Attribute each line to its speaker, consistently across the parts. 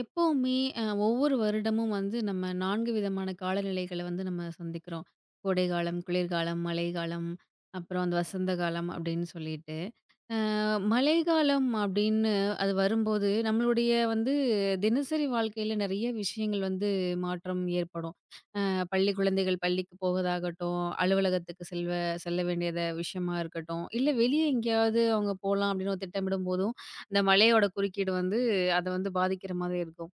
Speaker 1: எப்பவுமே ஒவ்வொரு வருடமும் வந்து நம்ம 4 விதமான காலநிலைகள வந்து நம்ம சந்திக்கிறோம். கோடைக்காலம், குளிர்காலம், மழைக்காலம், அப்புறம் அந்த வசந்த காலம் அப்படின்னு சொல்லிட்டு. அ மழைக்காலம் அப்படின்னு அது வரும்போது, நம்மளுடைய வந்து தினசரி வாழ்க்கையில நெறைய விஷயங்கள் வந்து மாற்றம் ஏற்படும். பள்ளி குழந்தைகள் பள்ளிக்கு போவதாகட்டும், அலுவலகத்துக்கு செல்ல வேண்டியத விஷயமா இருக்கட்டும், இல்ல வெளிய எங்கேயாவது அவங்க போலாம் அப்படின்னு ஒரு திட்டமிடும்போதும், இந்த மழையோட குறுக்கீடு வந்து அத வந்து பாதிக்கிற மாதிரி இருக்கும்.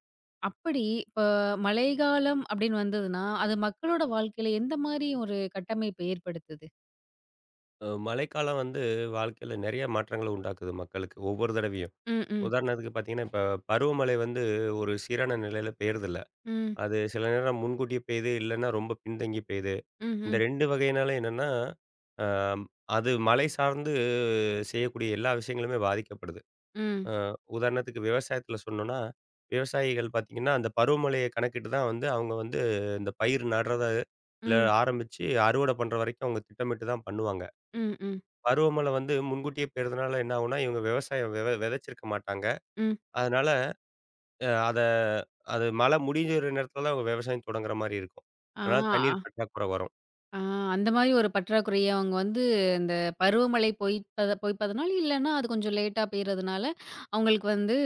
Speaker 1: அப்படி இப்ப மழைக்காலம் அப்படின்னு வந்ததுன்னா, அது மக்களோட வாழ்க்கையில எந்த மாரி ஒரு கட்டமைப்ப ஏற்படுத்துது?
Speaker 2: மழைக்காலம் வந்து வாழ்க்கையில நெறைய மாற்றங்கள உண்டாக்குது மக்களுக்கு. ஒவ்வொரு தடவையும்.
Speaker 1: ம், ம்,
Speaker 2: உதாரணத்துக்கு பார்த்தீங்கன்னா, இப்ப பருவமழை வந்து ஒரு சீரான நிலையில பெய்றதில்ல.
Speaker 1: ம்,
Speaker 2: அது சில நேரம் முன்கூட்டியே பெய்யுது, இல்லன்னா ரொம்ப பின்தங்கி பெய்யுது. இந்த
Speaker 1: ம்ஹ்ம்.
Speaker 2: 2 வகையினால என்னன்னா, அ அது மழை சார்ந்து செய்யக்கூடிய எல்லா விஷயங்களுமே பாதிக்கப்படுது.
Speaker 1: ம்,
Speaker 2: அ உதாரணத்துக்கு விவசாயத்தில சொன்னோம்னா, விவசாயிகள் பார்த்தீங்கன்னா, அந்த பருவமழைய கணக்கிட்டு தான் வந்து அவங்க வந்து இந்த பயிர் நடுறத, இல்ல
Speaker 1: ம்,
Speaker 2: ஆரம்பிச்சு அறுவடை பண்ற வரைக்கும் அவங்க திட்டமிட்டு தான் பண்ணுவாங்க.
Speaker 1: ம், ம், ம்.
Speaker 2: பருவமழை வந்து முன்கூட்டியே பெய்றதுனால என்ன ஆகும்னா, இவங்க விவசாயம் விதைச்சிருக்க மாட்டாங்க.
Speaker 1: ம்.
Speaker 2: அதனால அ அத அது மழை முடியிற நேரத்துல தான் அவங்க விவசாயம் தொடங்குற மாரி இருக்கும்.
Speaker 1: ஆ.
Speaker 2: அதனால தண்ணீர் பற்றாக்குறை வரும்.
Speaker 1: ஆ, அந்த மாரி ஒரு பற்றாக்குறைய அவங்க வந்து இந்த பருவமழை பொய்ப்பதனால, இல்லன்னா அது கொஞ்சம் லேட்டா பெய்றதுனால, அவங்களுக்கு வந்து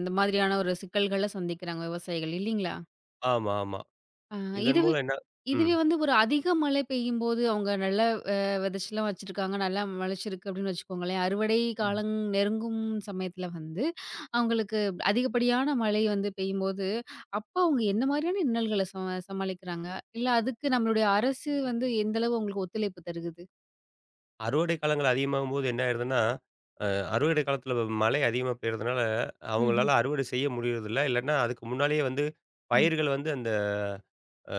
Speaker 1: இந்த மாதிரியான ஒரு சிக்கல்கள சந்திக்கிறாங்க விவசாயிகள் இல்லீங்களா?
Speaker 2: ஆமா, ஆமா.
Speaker 1: ஆ.
Speaker 2: இதன்
Speaker 1: இதுவே
Speaker 2: மூலம் என்ன. ம்.
Speaker 1: இதுவே வந்து ஒரு அதிக மழை பெய்யும்போது, அவங்க நல்லா அ விதைச்சலாம் வச்சிருக்காங்க. நல்லா முளைச்சிருக்கு அப்படின்னு வச்சுக்கோங்களேன். அறுவடை
Speaker 2: ம்.
Speaker 1: காலம் நெருங்கும் சமயத்துல வந்து, அவங்களுக்கு அதிகப்படியான மழை வந்து பெய்யும்போது, அப்ப அவங்க என்ன மாதிரியான இன்னல்கள சமாளிக்கிறாங்க? இல்ல அதுக்கு நம்மளுடைய அரசு வந்து எந்த அளவு அவங்களுக்கு ஒத்துழைப்பு தருகுது?
Speaker 2: அறுவடை காலங்கள் அதிகமாகும்போது என்ன ஆயிடுதுன்னா, அ அறுவடை காலத்துல மழை அதிகமா பெய்றதுனால,
Speaker 1: ம்ஹ்ம்.
Speaker 2: அவங்களால அறுவடை செய்ய முடியறதில்ல. இல்லன்னா அதுக்கு முன்னாலேயே வந்து
Speaker 1: ம்.
Speaker 2: பயிர்கள் வந்து அந்த அ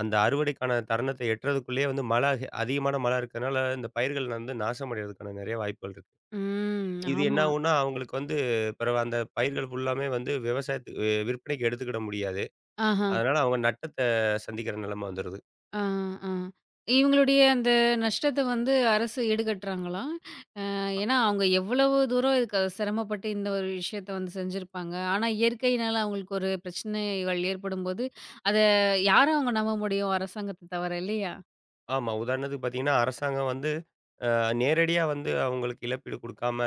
Speaker 2: அந்த அறுவடைக்கான தருணத்தை எட்டுறதுக்குள்ளேயே வந்து மழை அதிகமான மழை இருக்கனால, இந்த பயிர்கள் வந்து நாசம் அடைறதுக்கான நெறைய வாய்ப்புகள் இருக்கு.
Speaker 1: ம்.
Speaker 2: இது என்ன
Speaker 1: ஆமா.
Speaker 2: ஆகும்னா, அவங்களுக்கு வந்து பிறவு அந்த பயிர்கள் ஃபுல்லாமே வந்து விவசாயத்துக்கு விற்பனைக்கு எடுத்துக்கிட முடியாது.
Speaker 1: ஆஹா.
Speaker 2: அதனால அவங்க நட்டத்த சந்திக்கிற நிலைமை வந்துருது.
Speaker 1: ஆ, ஆ. இவங்களுடைய அந்த நஷ்டத்த வந்து அரசு ஈடுகட்டுறாங்களா? ஏன்னா, அவங்க எவ்வளவு தூரம் இதுக்கு சிரமப்பட்டு இந்த ஒரு விஷயத்த வந்து செஞ்சிருப்பாங்க. ஆனா, இயற்கையினால அவங்களுக்கு ஒரு பிரச்சனைகள் ஏற்படும்போது, அத யார அவங்க நம்ப முடியும்? அரசாங்கத்த தவிர இல்லையா?
Speaker 2: ஆமா. உதாரணத்துக்கு பார்த்தீங்கன்னா, அரசாங்கம் வந்து நேரடியா வந்து அவங்களுக்கு இழப்பீடு குடுக்காம,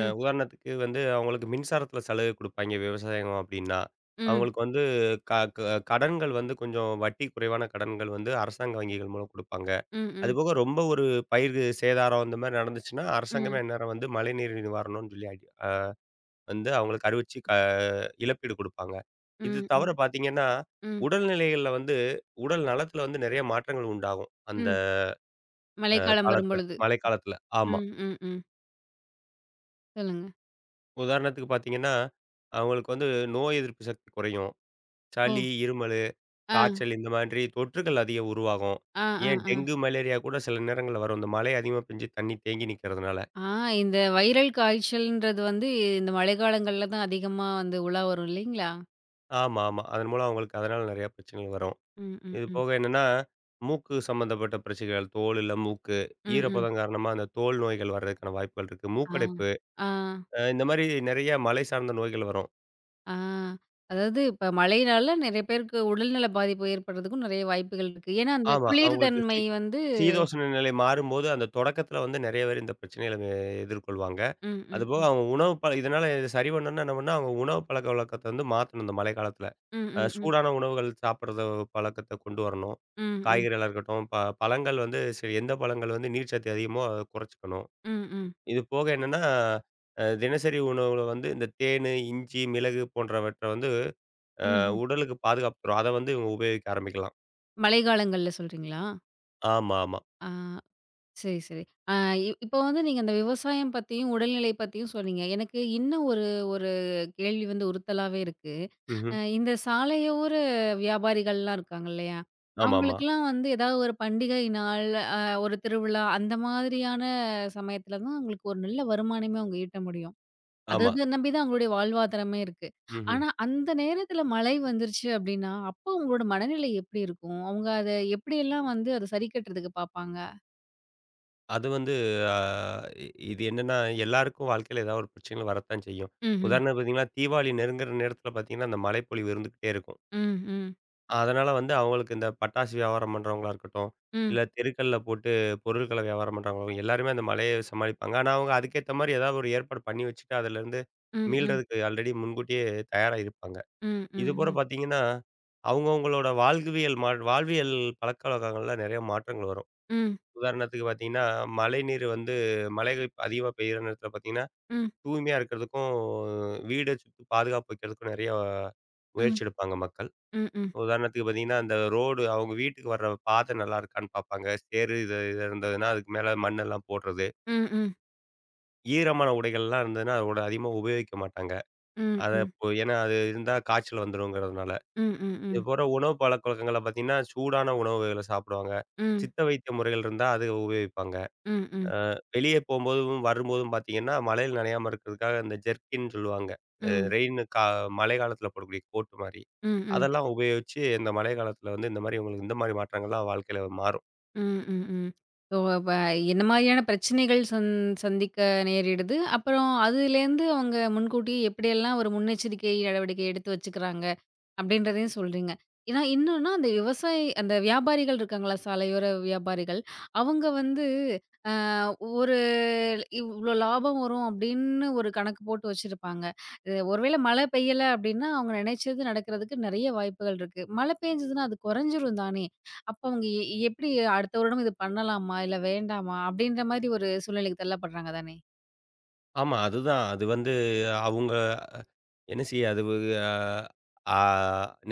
Speaker 2: உதாரணத்துக்கு வந்து அவங்களுக்கு மின்சாரத்தில சலுகை குடுப்பாய்ங்க விவசாயம் அப்டின்னா,
Speaker 1: ம்.
Speaker 2: அவங்களுக்கு வந்து க க கடன்கள் வந்து கொஞ்சம் வட்டி குறைவான கடன்கள் வந்து அரசாங்க வங்கிகள் மூலம் குடுப்பாங்க.
Speaker 1: ம். ம்.
Speaker 2: அதுபோக ரொம்ப ஒரு பயிர் சேதாரம் இந்த மாரி நடந்துச்சுன்னா, அரசாங்கமே
Speaker 1: ம்.
Speaker 2: அந்நேரம் வந்து மழைநீர் நிவாரணம்னு சொல்லி வந்து அவங்களுக்கு அறிவிச்சு இழப்பீடு குடுப்பாங்க. இது
Speaker 1: ம். ம்.
Speaker 2: தவிர பார்த்தீங்கன்னா,
Speaker 1: ம்.
Speaker 2: உடல்நிலைகள்ல வந்து உடல் நலத்தில வந்து நெறைய மாற்றங்கள் உண்டாகும். அந்த
Speaker 1: ம். மழைக்காலம்
Speaker 2: காலத்தில,
Speaker 1: வரும்பொழுது.
Speaker 2: மழைக்காலத்தில. ஆமா.
Speaker 1: ம். ம். ம். சொல்லுங்க.
Speaker 2: உதாரணத்துக்கு பார்த்தீங்கன்னா, அவங்களுக்கு வந்து நோய் எதிர்ப்பு சக்தி குறையும்.
Speaker 1: ஓ!
Speaker 2: சளி, இருமலு,
Speaker 1: ஆ.
Speaker 2: காய்ச்சல் இந்த மாதிரி தொற்றுகள் அதிகம் உருவாகும்.
Speaker 1: ஆ. ஆ.
Speaker 2: ஏன்
Speaker 1: ஆ.
Speaker 2: டெங்கு, மலேரியா கூட சில நேரங்கள்ல வரும். இந்த மழை அதிகமா பெஞ்சு தண்ணி தேங்கி நிக்கிறதுனால.
Speaker 1: ஆ, இந்த வைரல் காய்ச்சல்ன்றது வந்து இந்த மழைக்காலங்கள்ல தான் அதிகமா வந்து உலா வரும் இல்லைங்களா?
Speaker 2: ஆமா, ஆமா. அதன் மூலம் அவங்களுக்கு அதனால நெறைய பிரச்சனைகள் வரும்.
Speaker 1: ம். ம்.
Speaker 2: இது
Speaker 1: ம்.
Speaker 2: போக என்னன்னா, மூக்கு சம்மந்தப்பட்ட பிரச்சனைகள், தோல் இல்ல மூக்கு,
Speaker 1: ம். ம்.
Speaker 2: ஈரப்பதம் காரணமா அந்த தோல் நோய்கள் வர்றதுக்கான வாய்ப்புகள் இருக்கு.
Speaker 1: ஆ.
Speaker 2: மூக்கடைப்பு,
Speaker 1: ஆ.
Speaker 2: இந்த மாரி நெறைய மழை சார்ந்த நோய்கள் வரும்.
Speaker 1: ஆ. அதாவது இப்ப மழையினால நெறைய பேருக்கு உடல்நல பாதிப்பு ஏற்படுறதுக்கும் நெறைய வாய்ப்புகள் இருக்கு. ஏன்னா, அந்த
Speaker 2: ஆமா.
Speaker 1: குளிர்
Speaker 2: அவங்களுக்கு
Speaker 1: தன்மை வந்து
Speaker 2: சீதோஷ்ண நிலை மாறும்போது, அந்த தொடக்கத்தில வந்து நெறைய பேர் இந்த பிரச்சனைகள எதிர்கொள்வாங்க.
Speaker 1: ம், ம்,
Speaker 2: அதுபோக
Speaker 1: ம்.
Speaker 2: அவங்க உணவு பழ இதனால இத சரி பண்ணணும்னா என்ன பண்ணணும், அவங்க உணவு பழக்கவழக்கத்த வந்து மாத்தணும் இந்த மழை காலத்தில.
Speaker 1: ம், ம், ம்.
Speaker 2: சூடான உணவுகள் சாப்பிடுறத பழக்கத்த கொண்டு வரணும்.
Speaker 1: ம், ம்.
Speaker 2: காய்கறிகளா இருக்கட்டும், பழங்கள் வந்து சரி எந்த பழங்கள் வந்து நீர்ச்சத்து அதிகமோ, அத குறைச்சுக்கணும்.
Speaker 1: ம், ம்.
Speaker 2: இது போக என்னன்னா, தினசரி உணவுல வந்து இந்த தேனு, இஞ்சி, மிளகு போன்றவற்றை வந்து
Speaker 1: ம்ஹ்ம்.
Speaker 2: உடலுக்கு பாதுகாப்பு தரும். அத வந்து இவங்க உபயோகிக்க ஆரம்பிக்கலாம்.
Speaker 1: மழைக்காலங்கள்ல சொல்றீங்களா?
Speaker 2: ஆமா, ஆமா.
Speaker 1: ஆ, சரி, சரி. ஆ, இப்போ வந்து நீங்க அந்த விவசாயம் பத்தியும், உடல்நிலை பத்தியும் சொன்னீங்க. எனக்கு இன்னும் ஒரு ஒரு கேள்வி வந்து உறுத்தலாவே இருக்கு.
Speaker 2: ம்ஹ்ம்.
Speaker 1: இந்த சாலையோர வியாபாரிகள்லாம் இருக்காங்க இல்லையா?
Speaker 2: ஆமாமா.
Speaker 1: அவங்களுக்கெல்லாம் வந்து ஏதாவது ஒரு பண்டிகை நாள், அ ஒரு திருவிழா அந்த மாதிரியான சமயத்துல தான் அவங்களுக்கு ஒரு நல்ல வருமானமே அவங்க ஈட்ட முடியும். அத
Speaker 2: ஆமா.
Speaker 1: அத நம்பி தான் அவங்களுடைய வாழ்வாதாரமே இருக்கு.
Speaker 2: ம்ஹ்ம்.
Speaker 1: ஆனா அந்த நேரத்துல மழை வந்துருச்சு அப்டின்னா, அப்போ அவங்களோட மனநிலை எப்படி இருக்கும்? அவங்க அத எப்படியெல்லாம் வந்து அத சரி கட்டுறதுக்கு பாப்பாங்க?
Speaker 2: அது வந்து அ இது என்னன்னா, எல்லாருக்கும் வாழ்க்கையில ஏதாவது ஒரு பிரச்சனைகள் வரத்தான் செய்யும்.
Speaker 1: ம்ஹ்ம்.
Speaker 2: உதாரணத்துக்கு பார்த்தீங்கன்னா, தீபாவளி நெருங்குற நேரத்தில பார்த்தீங்கன்னா, அந்த மழைப்பொழிவு இருந்துகிட்டே இருக்கும்.
Speaker 1: ம், ம்.
Speaker 2: அதனால வந்து அவங்களுக்கு இந்த பட்டாசு வியாபாரம் பண்றவங்களா இருக்கட்டும்,
Speaker 1: ம்,
Speaker 2: இல்ல தெருக்கள்ல போட்டு பொருட்கள வியாபாரம் பண்றவங்க எல்லாருமே அந்த மழைய சமாளிப்பாங்க. ஆனா, அவங்க அதுக்கேத்த மாரி ஏதாவது ஒரு ஏற்பாடு பண்ணி வச்சுட்டு, அதுலேருந்து
Speaker 1: ம், ம்,
Speaker 2: மீள்றதுக்கு ஆல்ரெடி முன்கூட்டியே தயாரா இருப்பாங்க.
Speaker 1: ம், ம்,
Speaker 2: இதுபோல
Speaker 1: ம்,
Speaker 2: பார்த்தீங்கன்னா, அவங்கவங்களோட வாழ்வியல் பழக்கவழக்கங்கள்ல நெறைய மாற்றங்கள் வரும்.
Speaker 1: ம்,
Speaker 2: உதாரணத்துக்கு பார்த்தீங்கன்னா, மழைநீர் வந்து மழை அதிகமா பெய்யுற நேரத்தில பார்த்தீங்கன்னா,
Speaker 1: ம்,
Speaker 2: தூய்மையா இருக்கிறதுக்கும், வீட சுத்தி பாதுகாப்பு வைக்கிறதுக்கும் நெறைய
Speaker 1: ம்,
Speaker 2: முயற்சி
Speaker 1: ம்,
Speaker 2: எடுப்பாங்க மக்கள்.
Speaker 1: ம், ம்,
Speaker 2: உதாரணத்துக்கு பார்த்தீங்கன்னா, அந்த ரோடு அவங்க வீட்டுக்கு வர்ற பாதை நல்லா இருக்கான்னு பார்ப்பாங்க. சேறு இது இது இருந்ததுன்னா, அதுக்கு மேல மண்ணெல்லாம் போடுறது.
Speaker 1: ம்,
Speaker 2: ஈரமான உடைகள்லாம் இருந்ததுன்னா, அதோட அதிகமா உபயோகிக்க மாட்டாங்க.
Speaker 1: ம்,
Speaker 2: அத
Speaker 1: ம்,
Speaker 2: இப்போ ஏன்னா அது இருந்தா காய்ச்சல் வந்துருங்கிறதுனால.
Speaker 1: ம். ம்.
Speaker 2: இது
Speaker 1: ம்.
Speaker 2: போற உணவு பழக்கவழக்கங்கள்ல பார்த்தீங்கன்னா, சூடான உணவுகள சாப்பிடுவாங்க.
Speaker 1: ம்.
Speaker 2: சித்த வைத்திய முறைகள் இருந்தா அது உபயோகிப்பாங்க.
Speaker 1: ம், ம்,
Speaker 2: அ வெளிய போம்போதும், வரும்போதும் பார்த்தீங்கன்னா, மழையில நனையாம இருக்கிறதுக்காக இந்த ஜெர்க்கின்னு சொல்லுவாங்க. அ
Speaker 1: ம்,
Speaker 2: ரெயின் கா மழை காலத்தில போடக்கூடிய கோட் மாரி.
Speaker 1: ம், ம்,
Speaker 2: அதெல்லாம் உபயோகிச்சு இந்த மழை காலத்தில வந்து இந்த மாரி உங்களுக்கு இந்த மாரி மாற்றங்கள்லாம் வாழ்க்கையில மாறும்.
Speaker 1: ம், ம், ம். ஸோ, அப்ப என்ன மாரியான பிரச்சனைகள் சந்திக்க நேரிடுது? அப்புறம் அதுலேருந்து அவங்க முன்கூட்டியே எப்படியெல்லாம் ஒரு முன்னெச்சரிக்கை நடவடிக்கை எடுத்து வச்சுக்கிறாங்க? அப்படின்றதையும் சொல்றீங்க. ஏன்னா இன்னொன்னா அந்த விவசாயி அந்த வியாபாரிகள் இருக்காங்களா, சாலையோர வியாபாரிகள். அவங்க வந்து அ ஒரு இவ்ளோ லாபம் வரும் அப்படின்னு ஒரு கணக்கு போட்டு வச்சிருப்பாங்க. ஒருவேளை மழை பெய்யல அப்படின்னா, அவங்க நினைச்சது நடக்கிறதுக்கு நெறைய வாய்ப்புகள் இருக்கு. மழை பெஞ்சதுன்னா அது குறைஞ்சிரும் தானே! அப்ப அவங்க எப்படி அடுத்த வருடம் இது பண்ணலாமா? இல்ல வேண்டாமா? அப்படின்ற மாரி ஒரு சூழ்நிலைக்கு தள்ளப்படுறாங்க தானே!
Speaker 2: ஆமா. அதுதான். அது வந்து அவங்க என்ன செய்ய அது வ அ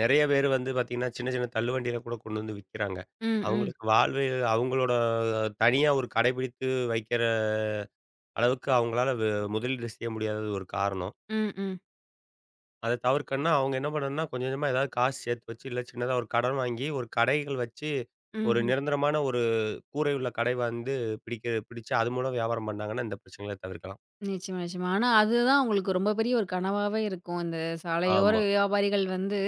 Speaker 2: நெறைய பேர் வந்து பார்த்தீங்கன்னா, சின்ன சின்ன தள்ளுவண்டியில கூட கொண்டு வந்து விக்கிறாங்க.
Speaker 1: ம், ம்,
Speaker 2: அவங்களுக்கு வாழ்வு அவங்களோட தனியா ஒரு கடைபிடித்து வைக்கிற அளவுக்கு அவங்களால வ முதலீடு செய்ய முடியாதது ஒரு காரணம்.
Speaker 1: ம், ம்,
Speaker 2: அத தவிர்க்கணும்னா, அவங்க என்ன பண்ணணும்னா, கொஞ்சம் கொஞ்சமா ஏதாவது காசு சேர்த்து வச்சு, இல்ல சின்னதா ஒரு கடன் வாங்கி, ஒரு கடைகள் வச்சு, ஒரு
Speaker 1: ம்.
Speaker 2: நிரந்தரமான ஒரு கூரை உள்ள கடை வந்து பிடிச்சு, அது மூலம் வியாபாரம் பண்ணாங்கன்னா, இந்த பிரச்சனைகள தவிர்க்கலாம்.
Speaker 1: நிச்சயமா, நிச்சயமா. ஆனா அதுதான் உங்களுக்கு ரொம்ப பெரிய ஒரு கனவாவே இருக்கும். இந்த சாலையோர
Speaker 2: ஆமா,
Speaker 1: வியாபாரிகள் வந்து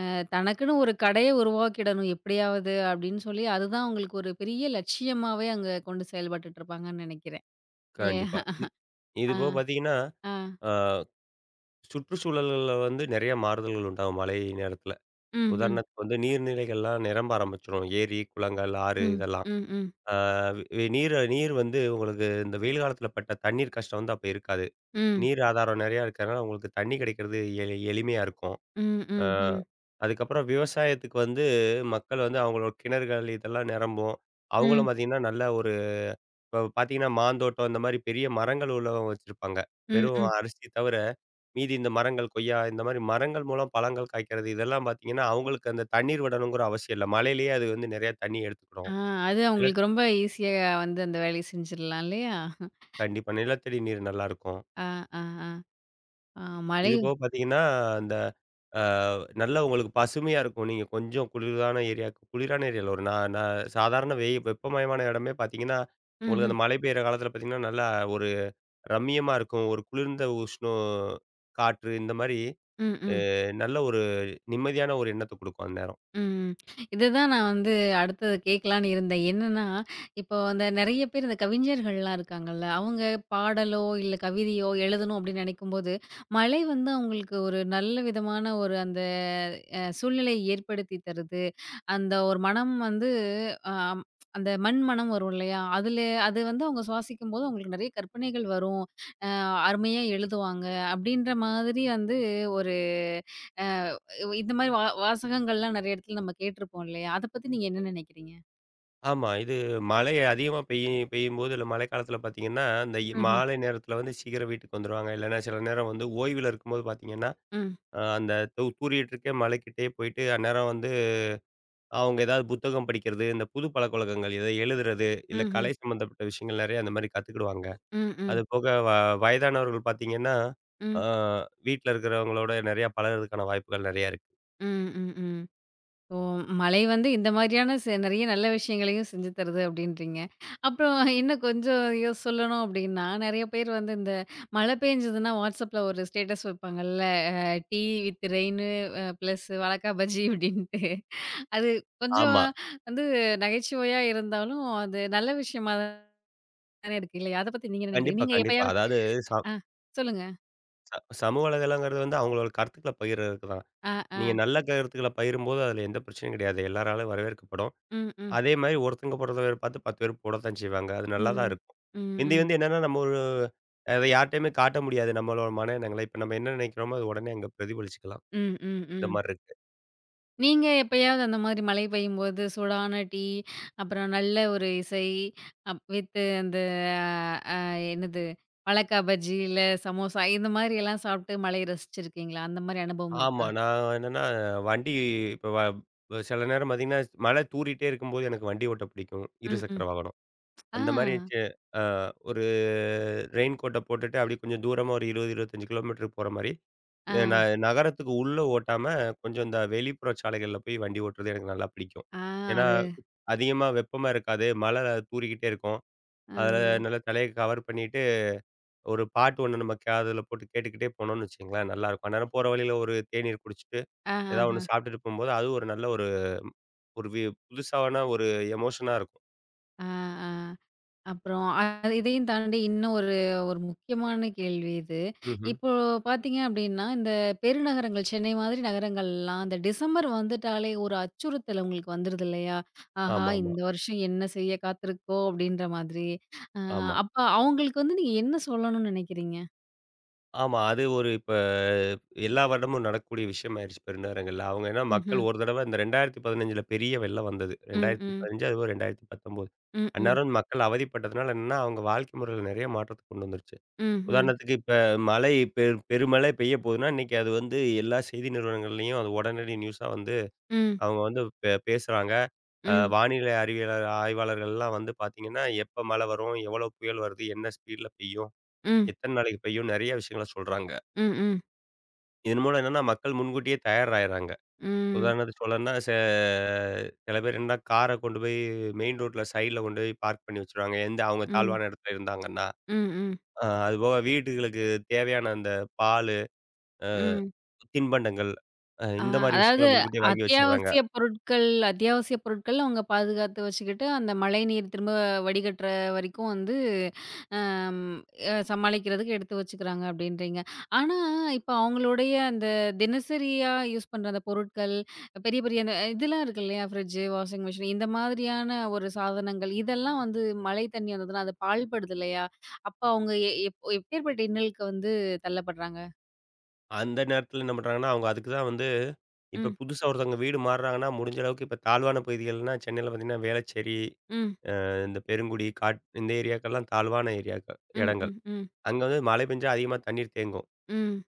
Speaker 1: தனக்குன்னு ஒரு கடைய உருவாக்கிடணும் எப்படியாவது அப்படின்னு சொல்லி, அதுதான் அவங்களுக்கு ஒரு பெரிய லட்சியமாவே அங்க கொண்டு செயல்பட்டுட்டு இருப்பாங்கன்னு நெனைக்கிறேன். இல்லையா?
Speaker 2: கண்டிப்பா. இது
Speaker 1: ஆ,
Speaker 2: போக பார்த்தீங்கன்னா,
Speaker 1: ஆ.
Speaker 2: அ சுற்றுச்சூழல்கள்ல வந்து நெறைய மாறுதல்கள் உண்டாகும் மழை நேரத்தில.
Speaker 1: ம், ம்,
Speaker 2: உதாரணத்துக்கு வந்து நீர்நிலைகள்லாம் நிரம்ப ஆரம்பிச்சுரும். ஏரி, குளங்கள், ஆறு
Speaker 1: ம்,
Speaker 2: இதெல்லாம்.
Speaker 1: ம், ம்,
Speaker 2: அ நீர் நீர் வந்து உங்களுக்கு இந்த வெயில் காலத்தில பட்ட தண்ணீர் கஷ்டம் வந்து அப்ப இருக்காது.
Speaker 1: ம், ம்,
Speaker 2: நீர் ஆதாரம் நெறையா இருக்கிறனால, உங்களுக்கு தண்ணி கிடைக்கிறது எளிமையா இருக்கும்.
Speaker 1: ம்,
Speaker 2: அ
Speaker 1: ம்,
Speaker 2: அதுக்கப்புறம் விவசாயத்துக்கு வந்து மக்கள் வந்து அவங்களோட கிணறுகள் இதெல்லாம் நிரம்பும். அவங்களும்
Speaker 1: ம்,
Speaker 2: பார்த்தீங்கன்னா, நல்ல ஒரு இப்ப பார்த்தீங்கன்னா, மாந்தோட்டம் இந்த மாரி பெரிய மரங்கள் உள்ளவங்க வச்சிருப்பாங்க.
Speaker 1: ம்,
Speaker 2: வெறும்
Speaker 1: ம்.
Speaker 2: அரிசி தவிர, மீதி இந்த மரங்கள், கொய்யா இந்த மாரி மரங்கள் மூலம் பழங்கள் காய்க்கிறது இதெல்லாம் பார்த்தீங்கன்னா, அவங்களுக்கு அந்த தண்ணீர் விடணுங்கிற அவசியம் இல்ல. மழையிலேயே அது வந்து நெறையா தண்ணி
Speaker 1: ஆ,
Speaker 2: எடுத்துக்கிடும்.
Speaker 1: அது
Speaker 2: நிலத்
Speaker 1: அவங்களுக்கு ரொம்ப ஈஸியா வந்து அந்த வேலைய செஞ்சிடலாம் இல்லையா?
Speaker 2: கண்டிப்பா. நிலத்தடி நீர் நல்லாருக்கும்.
Speaker 1: ஆ, ஆ, ஆ. ஆ, மழை
Speaker 2: இது போக பார்த்தீங்கன்னா, அந்த அ நல்லா உங்களுக்கு பசுமையா இருக்கும். நீங்க கொஞ்சம் குளிரான ஏரியாக்கு குளிரான ஏரியால ஒரு நா நா சாதாரண வெப்பமயமான இடமே பார்த்தீங்கன்னா,
Speaker 1: ம்,
Speaker 2: உங்களுக்கு
Speaker 1: ம்,
Speaker 2: அந்த மழை பெய்ற காலத்தில பார்த்தீங்கன்னா, நல்லா ஒரு ரம்மியமா இருக்கும். ஒரு குளிர்ந்த உஷ்ணம் காற்று இந்த மாரி
Speaker 1: ம், ம்.
Speaker 2: நல்ல ஒரு நிம்மதியான ஒரு எண்ணத்த குடுக்கும் அந்நேரம்.
Speaker 1: ம். இதுதான் நான் வந்து அடுத்தது கேட்கலான்னு இருந்தேன். என்னன்னா, இப்போ அந்த நெறைய பேர் இந்த கவிஞர்கள்லாம் இருக்காங்கல்ல, அவங்க பாடலோ, இல்ல கவிதையோ எழுதணும் அப்படின்னு நெனைக்கும்போது, மழை வந்து அவங்களுக்கு ஒரு நல்ல விதமான ஒரு அந்த சூழ்நிலையை ஏற்படுத்தி தருது. அந்த ஒரு மனம் வந்து ஆம், அந்த மண் மனம் வரும் இல்லையா? அதுல அது வந்து அவங்க சுவாசிக்கும்போது அவங்களுக்கு நெறைய கற்பனைகள் வரும். அ அருமையா எழுதுவாங்க. அப்டின்ற மாதிரி வந்து ஒரு அ இந்த மாரி வாசகங்கள்லாம் நெறைய இடத்துல நம்ம கேட்டுருப்போம் இல்லையா? அத பத்தி நீங்க என்ன நினைக்கிறீங்க?
Speaker 2: ஆமா. இது மழை அதிகமா பெய்யும்போது இல்ல மழைக்காலத்தில பார்த்தீங்கன்னா, இந்த
Speaker 1: ம்ஹ்ம்.
Speaker 2: மாலை நேரத்தில வந்து சீக்கிரம் வீட்டுக்கு வந்துருவாங்க. இல்லன்னா சில நேரம் வந்து ஓய்வுல இருக்கும்போது பார்த்தீங்கன்னா,
Speaker 1: ம்.
Speaker 2: அந்த தூறிட்டு இருக்க மலைக்கிட்டயே போயிட்டு அந்நேரம் வந்து அவங்க ஏதாவது புத்தகம் படிக்கிறது, இந்த புது பழக்கவழக்கங்கள் எதோ எழுதுறது, இல்ல
Speaker 1: ம்ஹ்ம்.
Speaker 2: கலை சம்மந்தப்பட்ட விஷயங்கள் நெறைய அந்த மாரி கத்துக்கிடுவாங்க.
Speaker 1: ம். ம்.
Speaker 2: அது போக வயதானவர்கள் பார்த்தீங்கன்னா,
Speaker 1: ம், ம்,
Speaker 2: ஆ
Speaker 1: ம்.
Speaker 2: வீட்ல இருக்கிறவங்களோட நெறையா பழகுறதுக்கான வாய்ப்புகள் நெறையா இருக்கு.
Speaker 1: ம் ம் ஓ! மழை வந்து இந்த மாதிரியான நெறைய நல்ல விஷயங்களையும் செஞ்சு தருது அப்டின்றீங்க. அப்புறம் இன்னும் கொஞ்சம் சொல்லணும் அப்டின்னா, நெறைய பேர் வந்து இந்த மழை பெஞ்சதுன்னா வாட்ஸ்அப்ல ஒரு ஸ்டேட்டஸ் வைப்பாங்கல்ல, a tea with rain plus வாழக்கா பஜ்ஜி அப்டின்ட்டு. அது கொஞ்சம்
Speaker 2: ஆமா.
Speaker 1: வந்து நகைச்சுவையா இருந்தாலும், அது நல்ல விஷயமா தானே இருக்கு இல்லையா? அத பத்தி நீங்க என்ன நெனைக்கிறீங்க?
Speaker 2: கண்டிப்பா,
Speaker 1: நீங்க
Speaker 2: கண்டிப்பா.
Speaker 1: எப்பயாவது
Speaker 2: அதாவது ச
Speaker 1: ஆ, சொல்லுங்க.
Speaker 2: ச சமூக வலைதளங்கிறது வந்து அவங்களோட கருத்துக்கள பகிர்றதுக்கு தான்.
Speaker 1: ஆ, ஆ.
Speaker 2: நீங்க நல்ல கருத்துக்கள பகிரும்போது, அதுல எந்த பிரச்சனையும் கிடையாது. எல்லாராலும் வரவேற்கப்படும்.
Speaker 1: ம். ம்.
Speaker 2: அதே மாரி ஒருத்தங்க போடுறத வேற பார்த்து 10 பேர் போடத்தான் செய்வாங்க. அது நல்லா தான்
Speaker 1: ம். ம்.
Speaker 2: இருக்கும்.
Speaker 1: ம்,
Speaker 2: மிந்தி
Speaker 1: ம்.
Speaker 2: வந்து என்னன்னா, நம்ம ஒரு அத யார்ட்டயுமே காட்ட முடியாது நம்மளோட மன எண்ணங்கள. இப்ப நம்ம என்ன நினைக்கிறோமோ, அது உடனே அங்க பிரதிபலிச்சுக்கலாம்.
Speaker 1: ம், ம்,
Speaker 2: இந்த
Speaker 1: ம்.
Speaker 2: மாரி இருக்கு.
Speaker 1: நீங்க எப்பயாவது அந்த மாதிரி மழை பெய்யும்போது சூடான டீ, அப்புறம் நல்ல ஒரு இசை, அப் வித் அந்த அ என்னது வாழக்கா பஜ்ஜி, இல்ல சமோசா இந்த மாதிரி எல்லாம் சாப்பிட்டு மழைய ரசிச்சிருக்கீங்களா? அந்த மாதிரி அனுபவம்
Speaker 2: ஆமா.
Speaker 1: இருக்கா?
Speaker 2: நான் என்னன்னா வண்டி இப்ப வ சில நேரம் பார்த்தீங்கன்னா, மழை தூறிட்டே இருக்கும்போது எனக்கு வண்டி ஓட்ட பிடிக்கும்.
Speaker 1: ம்,
Speaker 2: இருசக்கர
Speaker 1: ம்.
Speaker 2: வாகனம்.
Speaker 1: ஆ,
Speaker 2: அந்த மாரி சே அ ஒரு ரெயின் கோட்ட போட்டுட்டு, அப்படியே கொஞ்சம் தூரமா ஒரு 20, 25 கிலோமீட்டர் போற மாரி
Speaker 1: ஆ,
Speaker 2: அ ந நகரத்துக்கு உள்ள ஓட்டாம, கொஞ்சம் இந்த வெளிப்புற சாலைகள்ல போய் வண்டி ஓட்டுறது எனக்கு நல்லா பிடிக்கும்.
Speaker 1: ஆ,
Speaker 2: ஏன்னா,
Speaker 1: அது
Speaker 2: அதிகமா வெப்பமா இருக்காது. மழை தூறிக்கிட்டே இருக்கும்.
Speaker 1: ஆ,
Speaker 2: அதில நல்லா தலைய கவர் பண்ணிட்டு, ஒரு பாட்டு ஒண்ணு நம்ம காதுல போட்டு கேட்டுக்கிட்டே போனோம்னு வச்சுக்கங்களேன், நல்லாயிருக்கும். அந்நேரம் போற வழியில ஒரு தேநீர் குடிச்சிட்டு, ஏதாவது
Speaker 1: ஆஹஹ.
Speaker 2: ஒண்ணு சாப்பிட்டுட்டு போம்போது, அது ஒரு நல்ல ஒரு ஒரு வி புதுசான ஒரு எமோஷனா இருக்கும்.
Speaker 1: ஆ, ஆ. அப்புறம் அது இதையும் தாண்டி இன்னும் ஒரு ஒரு முக்கியமான கேள்வி இது.
Speaker 2: ம்ஹ்ம்.
Speaker 1: இப்போ பார்த்தீங்க அப்டின்னா, இந்த பெருநகரங்கள் சென்னை மாதிரி நகரங்கள்லாம் அந்த டிசம்பர் வந்துட்டாலே ஒரு அச்சுறுத்தல் உங்களுக்கு வந்துருது இல்லையா? ஆஹா!
Speaker 2: ஆமாமா.
Speaker 1: இந்த வருஷம் என்ன செய்ய காத்திருக்கோ அப்டின்ற மாதிரி. அ
Speaker 2: ஆமா.
Speaker 1: அப்ப அவங்களுக்கு வந்து நீங்க என்ன சொல்லணும்னு நினைக்கிறீங்க?
Speaker 2: ஆமா. அது ஒரு இப்ப எல்லா வருடமும் நடக்கக்கூடிய விஷயம் ஆயிடுச்சு பெருநகரங்கள்ல. அவங்க ஏன்னா மக்கள்
Speaker 1: ம்ஹ்ம்.
Speaker 2: ஒரு தடவ இந்த 2015ல பெரிய வெள்ளம் வந்தது.
Speaker 1: ம். ம்.
Speaker 2: 2015 அதுவும் 2019.
Speaker 1: ம், ம்.
Speaker 2: அந்நேரம் மக்கள் அவதிப்பட்டதுனால என்னன்னா, அவங்க வாழ்க்கை முறையில நெறைய மாற்றத்த கொண்டு வந்துருச்சு.
Speaker 1: ம்ஹ்ம்.
Speaker 2: உதாரணத்துக்கு இப்ப மழை பெ பெருமழை பெய்ய போகுதுன்னா, இன்னைக்கு அது வந்து எல்லா செய்தி நிறுவனங்கள்லயும் அது உடனடி நியூஸா வந்து
Speaker 1: ம்.
Speaker 2: அவங்க வந்து பேசுறாங்க.
Speaker 1: ம்,
Speaker 2: வானிலை அறிவியலர் ஆய்வாளர்கள்லாம் வந்து பார்த்தீங்கன்னா, எப்ப மழை வரும்? எவ்வளவு புயல் வருது? என்ன ஸ்பீட்ல பெய்யும்?
Speaker 1: ம்,
Speaker 2: எத்தன நாளைக்கு பெய்யும்? நெறைய விஷயங்கள சொல்றாங்க.
Speaker 1: ம், ம்,
Speaker 2: இதன் மூலம் என்னன்னா, மக்கள் முன்கூட்டியே தயாராயிர்றாங்க.
Speaker 1: ம், ம்,
Speaker 2: உதாரணத்துக்கு சொல்லணும்னா, சில பேர் என்னன்னா, கார கொண்டு போய் மெயின் ரோட்ல சைட்ல கொண்டு போய் பார்க் பண்ணி வச்சுருவாங்க. எந்த அவங்க
Speaker 1: ம், ம், ம்.
Speaker 2: தாழ்வான இடத்துல இருந்தாங்கன்னா.
Speaker 1: ம்,
Speaker 2: அதுபோக வீடுகளுக்கு தேவையான அந்த பாலு,
Speaker 1: ம்,
Speaker 2: தின்பண்டங்கள்
Speaker 1: ஆ,
Speaker 2: இந்த மாரி
Speaker 1: அதாவது
Speaker 2: விஷயங்கள முன்கூட்டியே வாங்கி வச்சுடுறாங்க.
Speaker 1: அத்தியாவசிய பொருட்கள் அத்தியாவசிய பொருட்கள் அவங்க பாதுகாத்து வச்சுக்கிட்டு, அந்த மழைநீர் திரும்ப வடிகட்டுற வரைக்கும் வந்து அம் சமாளிக்கிறதுக்கு எடுத்து வச்சுக்கிறாங்க அப்படின்றீங்க. ஆனா, இப்ப அவங்களுடைய அந்த தினசரியா யூஸ் பண்ற அந்த பொருட்கள், பெரிய பெரிய அந்த இதெல்லாம் இருக்கு இல்லையா? ஃப்ரிட்ஜ், வாஷிங் மிஷின் இந்த மாதிரியான ஒரு சாதனங்கள், இதெல்லாம் வந்து மழை தண்ணி வந்ததுன்னா அது பாழ்படுது இல்லையா? அப்ப அவங்க எ எப் எப்பேர்ப்பட்ட இன்னலுக்கு வந்து தள்ளப்படுறாங்க?
Speaker 2: அந்த நேரத்துல என்ன பண்றாங்கன்னா, அவங்க அதுக்கு தான் வந்து இப்ப
Speaker 1: ம்.
Speaker 2: புதுசா ஒருத்தவங்க வீடு மாறுறாங்கன்னா, முடிஞ்ச அளவுக்கு இப்ப தாழ்வான பகுதிகள்னா சென்னையில பார்த்தீங்கன்னா, வேளச்சேரி,
Speaker 1: ம்.
Speaker 2: இந்த பெருங்குடி, காட் இந்த ஏரியாக்கள்லாம் தாழ்வான ஏரியாக்கள்
Speaker 1: ம்,
Speaker 2: இடங்கள்.
Speaker 1: ம், ம்,
Speaker 2: அங்க வந்து மழை பெஞ்சா அதிகமா தண்ணீர் தேங்கும்.
Speaker 1: ம்.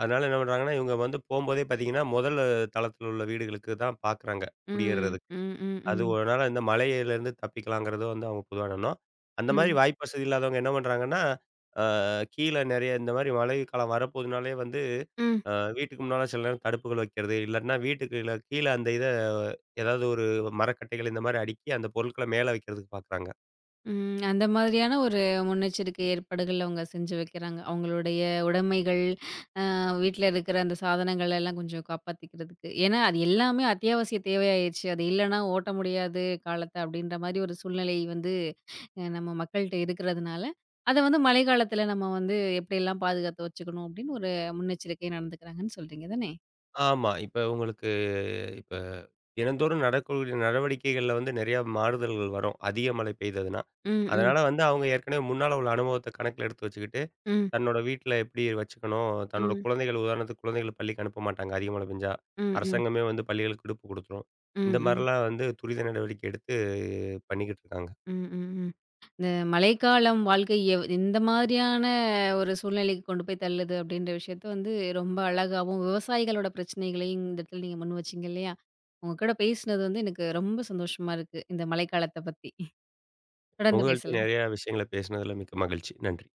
Speaker 2: அதனால என்ன பண்றாங்கன்னா, இவங்க வந்து போம்போதே பார்த்தீங்கன்னா, முதல் தளத்தில உள்ள வீடுகளுக்கு தான் பார்க்குறாங்க
Speaker 1: ம்.
Speaker 2: குடியேறதுக்கு.
Speaker 1: ம், ம்,
Speaker 2: அது
Speaker 1: ம்,
Speaker 2: அதனால இந்த மழையிலேருந்து தப்பிக்கலாங்கிறது வந்து அவங்க பொதுவா எண்ணம். அந்த மாரி
Speaker 1: ம்,
Speaker 2: வாய்ப்பு வசதி இல்லாதவங்க என்ன பண்றாங்கன்னா, அ கீழ நெறைய இந்த மாரி மழைக்காலம் வரப்போதுனாலே வந்து
Speaker 1: ம்,
Speaker 2: அ வீட்டுக்கு முன்னால சில நேரம் தடுப்புகள் வைக்கிறது, இல்லாட்டினா வீட்டுக்கு கீழ அந்த இத ஏதாவது ஒரு மரக்கட்டைகள் இந்த மாரி அடுக்கி அந்த பொருட்கள மேல வைக்கிறதுக்கு பார்க்குறாங்க.
Speaker 1: ம். அந்த மாதிரியான ஒரு முன்னெச்சரிக்கை ஏற்பாடுகள் அவங்க செஞ்சு வைக்கிறாங்க. அவங்களுடைய உடைமைகள், வீட்ல இருக்கிற அந்த சாதனங்கள் எல்லாம் கொஞ்சம் காப்பாத்திக்கிறதுக்கு. ஏன்னா, அது எல்லாமே அத்தியாவசிய தேவையாயிருச்சு. அது இல்லன்னா ஓட்ட முடியாது காலத்த அப்படின்ற மாரி ஒரு சூழ்நிலை வந்து நம்ம மக்கள்ட்ட இருக்கிறதுனால, அத வந்து மழைக்காலத்துல நம்ம வந்து எப்படியெல்லாம் பாதுகாத்து வச்சுக்கணும் அப்படின்னு ஒரு முன்னெச்சரிக்கை நடந்துக்கிறாங்கன்னு சொல்றீங்க தானே?
Speaker 2: ஆமா. இப்ப உங்களுக்கு இப்ப தினந்தோறும் நடக்கக்கூடிய நடவடிக்கைகள்ல வந்து நிறையா மாறுதல்கள் வரும். அதிக மழை பெய்ததுன்னா.
Speaker 1: ம். ம்,
Speaker 2: அதனால வந்து அவங்க ஏற்கனவே முன்னால உள்ள அனுபவத்த கணக்கில எடுத்து வச்சுக்கிட்டு,
Speaker 1: ம்,
Speaker 2: தன்னோட வீட்ல எப்படி வச்சுக்கணும்? தன்னோட
Speaker 1: ம்,
Speaker 2: குழந்தைகள் உதாரணத்துக்கு குழந்தைகள பள்ளிக்கு அனுப்ப மாட்டாங்க. அதிக மழை பெஞ்சா.
Speaker 1: ம், ம்,
Speaker 2: அரசாங்கமே வந்து பள்ளிகளுக்கு விடுப்பு குடுத்துரும்.
Speaker 1: ம்,
Speaker 2: இந்த
Speaker 1: ம்.
Speaker 2: மாரிலாம் வந்து துரித நடவடிக்கை எடுத்து பண்ணிக்கிட்டு இருக்காங்க.
Speaker 1: ம், ம், ம். இந்த மழைக்காலம் வாழ்க்கை எந்த மாதிரியான ஒரு சூழ்நிலைக்கு கொண்டு போய் தள்ளுது அப்படின்ற விஷயத்த வந்து ரொம்ப அழகாவும், விவசாயிகளோட பிரச்சனைகளையும் இந்த இடத்துல நீங்க முன் வச்சீங்க இல்லையா? உங்க கூட பேசினது வந்து எனக்கு ரொம்ப சந்தோஷமா இருக்கு. இந்த மழைக்காலத்த பத்தி. தொடர்ந்து
Speaker 2: உங்கள்ட்டயும்
Speaker 1: பேசலாம்.
Speaker 2: நிறையா விஷயங்கள பேசினதுல மிக்க மகிழ்ச்சி. நன்றி.